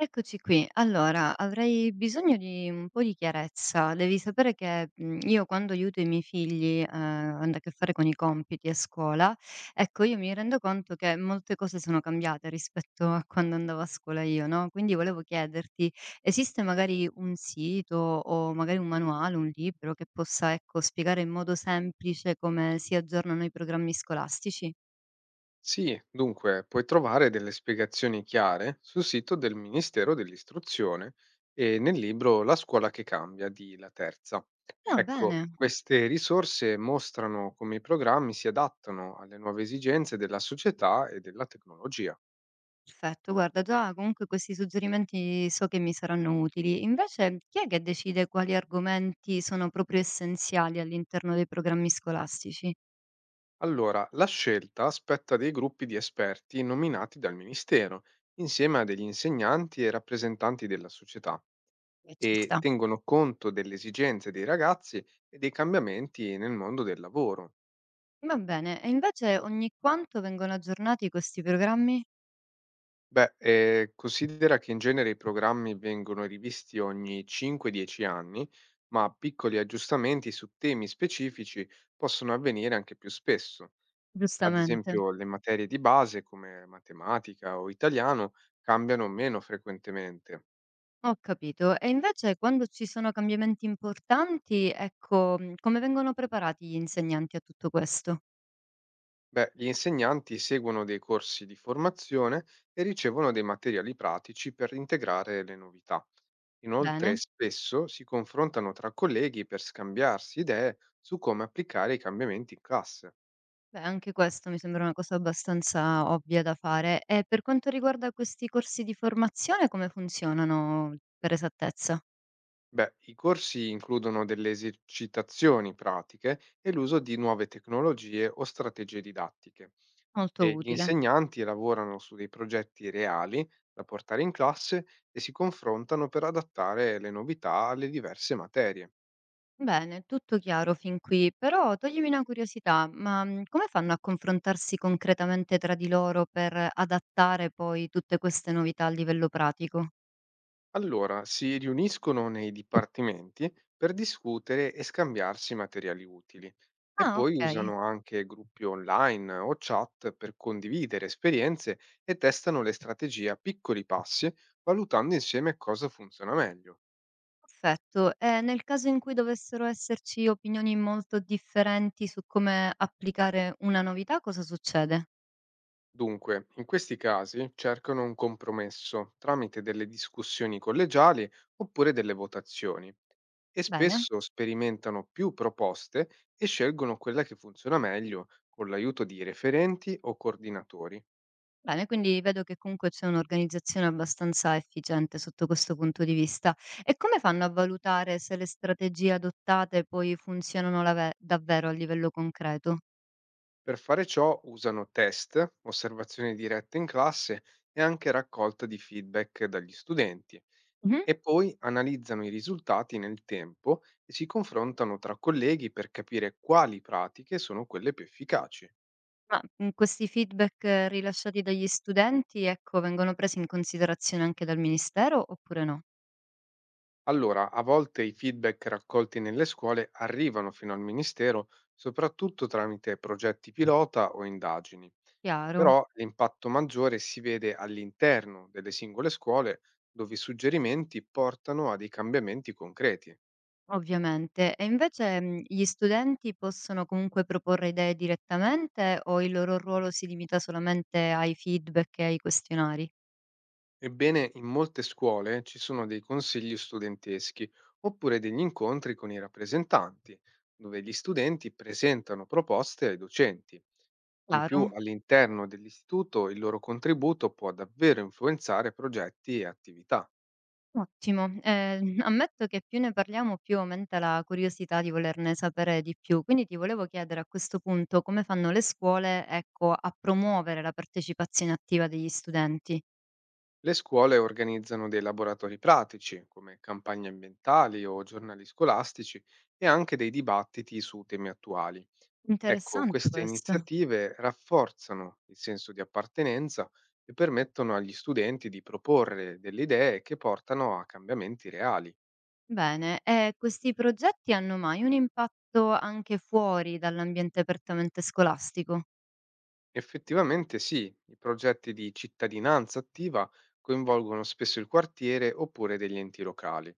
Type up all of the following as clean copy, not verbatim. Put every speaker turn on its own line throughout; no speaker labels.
Eccoci qui. Allora, avrei bisogno di un po' di chiarezza. Devi sapere che, io quando aiuto i miei figli, avendo a che fare con i compiti a scuola, ecco, io mi rendo conto che molte cose sono cambiate rispetto a quando andavo a scuola io, no, quindi volevo chiederti: esiste magari un sito o magari un manuale, un libro che possa, ecco, spiegare in modo semplice come si aggiornano i programmi scolastici?
Sì, dunque puoi trovare delle spiegazioni chiare sul sito del Ministero dell'Istruzione e nel libro La scuola che cambia di La Terza.
Ah, bene.
Ecco, queste risorse mostrano come i programmi si adattano alle nuove esigenze della società e della tecnologia.
Perfetto, guarda, già comunque questi suggerimenti so che mi saranno utili. Invece, chi è che decide quali argomenti sono proprio essenziali all'interno dei programmi scolastici?
Allora, la scelta spetta a dei gruppi di esperti nominati dal Ministero, insieme a degli insegnanti e rappresentanti della società,
Ci
e
sta.
tengono conto delle esigenze dei ragazzi e dei cambiamenti nel mondo del lavoro.
Va bene, e invece ogni quanto vengono aggiornati questi programmi?
Beh, considera che in genere i programmi vengono rivisti ogni 5-10 anni, ma piccoli aggiustamenti su temi specifici possono avvenire anche più spesso. Ad
Giustamente.
esempio, le materie di base come matematica o italiano cambiano meno frequentemente.
Ho capito. E invece quando ci sono cambiamenti importanti, ecco, come vengono preparati gli insegnanti a tutto questo?
Beh, gli insegnanti seguono dei corsi di formazione e ricevono dei materiali pratici per integrare le novità. Inoltre,
Bene.
spesso si confrontano tra colleghi per scambiarsi idee su come applicare i cambiamenti in classe.
Beh, anche questo mi sembra una cosa abbastanza ovvia da fare. E per quanto riguarda questi corsi di formazione, come funzionano per esattezza?
Beh, i corsi includono delle esercitazioni pratiche e l'uso di nuove tecnologie o strategie didattiche,
Molto
e gli
utile.
insegnanti lavorano su dei progetti reali da portare in classe e si confrontano per adattare le novità alle diverse materie.
Bene, tutto chiaro fin qui, però toglimi una curiosità, ma come fanno a confrontarsi concretamente tra di loro per adattare poi tutte queste novità a livello pratico?
Allora, si riuniscono nei dipartimenti per discutere e scambiarsi materiali utili e
Ah,
poi
ok,
usano anche gruppi online o chat per condividere esperienze e testano le strategie a piccoli passi, valutando insieme cosa funziona meglio.
perfetto. E nel caso in cui dovessero esserci opinioni molto differenti su come applicare una novità, cosa succede?
Dunque, in questi casi cercano un compromesso tramite delle discussioni collegiali oppure delle votazioni e
Bene.
spesso sperimentano più proposte e scelgono quella che funziona meglio con l'aiuto di referenti o coordinatori.
Bene, quindi vedo che comunque c'è un'organizzazione abbastanza efficiente sotto questo punto di vista. E come fanno a valutare se le strategie adottate poi funzionano davvero a livello concreto?
Per fare ciò usano test, osservazioni dirette in classe e anche raccolta di feedback dagli studenti.
Mhm.
E poi analizzano i risultati nel tempo e si confrontano tra colleghi per capire quali pratiche sono quelle più efficaci.
Ma questi feedback rilasciati dagli studenti, ecco, vengono presi in considerazione anche dal ministero oppure no?
Allora, a volte i feedback raccolti nelle scuole arrivano fino al Ministero, soprattutto tramite progetti pilota o indagini,
Chiaro,
però l'impatto maggiore si vede all'interno delle singole scuole, dove i suggerimenti portano a dei cambiamenti concreti.
ovviamente. E invece gli studenti possono comunque proporre idee direttamente o il loro ruolo si limita solamente ai feedback e ai questionari?
Ebbene, in molte scuole ci sono dei consigli studenteschi oppure degli incontri con i rappresentanti, dove gli studenti presentano proposte ai docenti. In più,
Claro.
all'interno dell'istituto, il loro contributo può davvero influenzare progetti e attività.
Ottimo, ammetto che più ne parliamo, più aumenta la curiosità di volerne sapere di più. Quindi ti volevo chiedere a questo punto come fanno le scuole, ecco, a promuovere la partecipazione attiva degli studenti.
Le scuole organizzano dei laboratori pratici, come campagne ambientali o giornali scolastici, e anche dei dibattiti su temi attuali. Ecco,
Interessante
queste
questo.
iniziative rafforzano il senso di appartenenza e permettono agli studenti di proporre delle idee che portano a cambiamenti reali.
Bene, e questi progetti hanno mai un impatto anche fuori dall'ambiente prettamente scolastico?
Effettivamente sì, i progetti di cittadinanza attiva coinvolgono spesso il quartiere oppure degli enti locali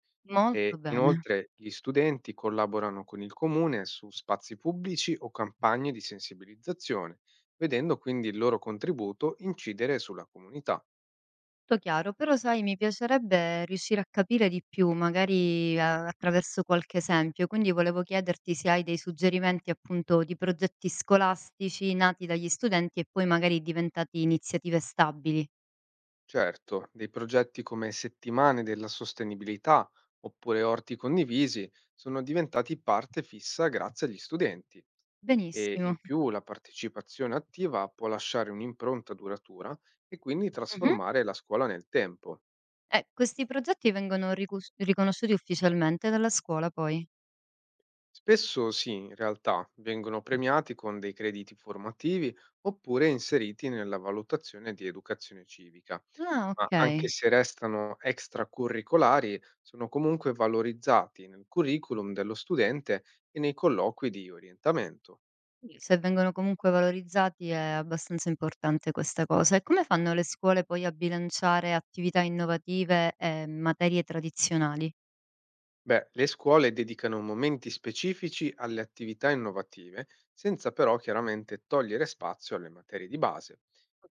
e
Molto bene.
inoltre gli studenti collaborano con il comune su spazi pubblici o campagne di sensibilizzazione, vedendo quindi il loro contributo incidere sulla comunità.
Tutto chiaro, però sai, mi piacerebbe riuscire a capire di più, magari a attraverso qualche esempio, quindi volevo chiederti se hai dei suggerimenti appunto di progetti scolastici nati dagli studenti e poi magari diventati iniziative stabili.
Certo, dei progetti come settimane della sostenibilità oppure orti condivisi sono diventati parte fissa grazie agli studenti e
Benissimo.
in più la partecipazione attiva può lasciare un'impronta duratura e quindi
Mh-mh.
trasformare la scuola nel tempo.
E questi progetti vengono ricus riconosciuti ufficialmente dalla scuola poi?
Spesso sì, in realtà vengono premiati con dei crediti formativi oppure inseriti nella valutazione di educazione civica.
Ah,
Ma anche
okay.
se restano extracurricolari, sono comunque valorizzati nel curriculum dello studente e nei colloqui di orientamento.
Quindi se vengono comunque valorizzati è abbastanza importante questa cosa. E come fanno le scuole poi a bilanciare attività innovative e materie tradizionali?
Beh, le scuole dedicano momenti specifici alle attività innovative, senza però chiaramente togliere spazio alle materie di base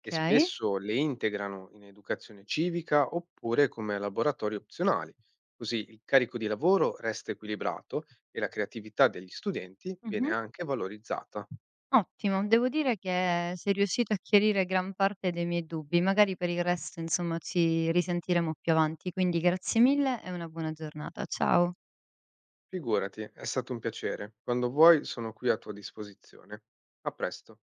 e spesso le integrano in educazione civica oppure come laboratori opzionali. Così il carico di lavoro resta equilibrato e la creatività degli studenti viene
Mh-mh.
anche valorizzata.
Ottimo, devo dire che sei riuscito a chiarire gran parte dei miei dubbi, magari per il resto, insomma, ci risentiremo più avanti, quindi grazie mille e una buona giornata. Ciao.
Figurati, è stato un piacere. Quando vuoi sono qui a tua disposizione. A presto.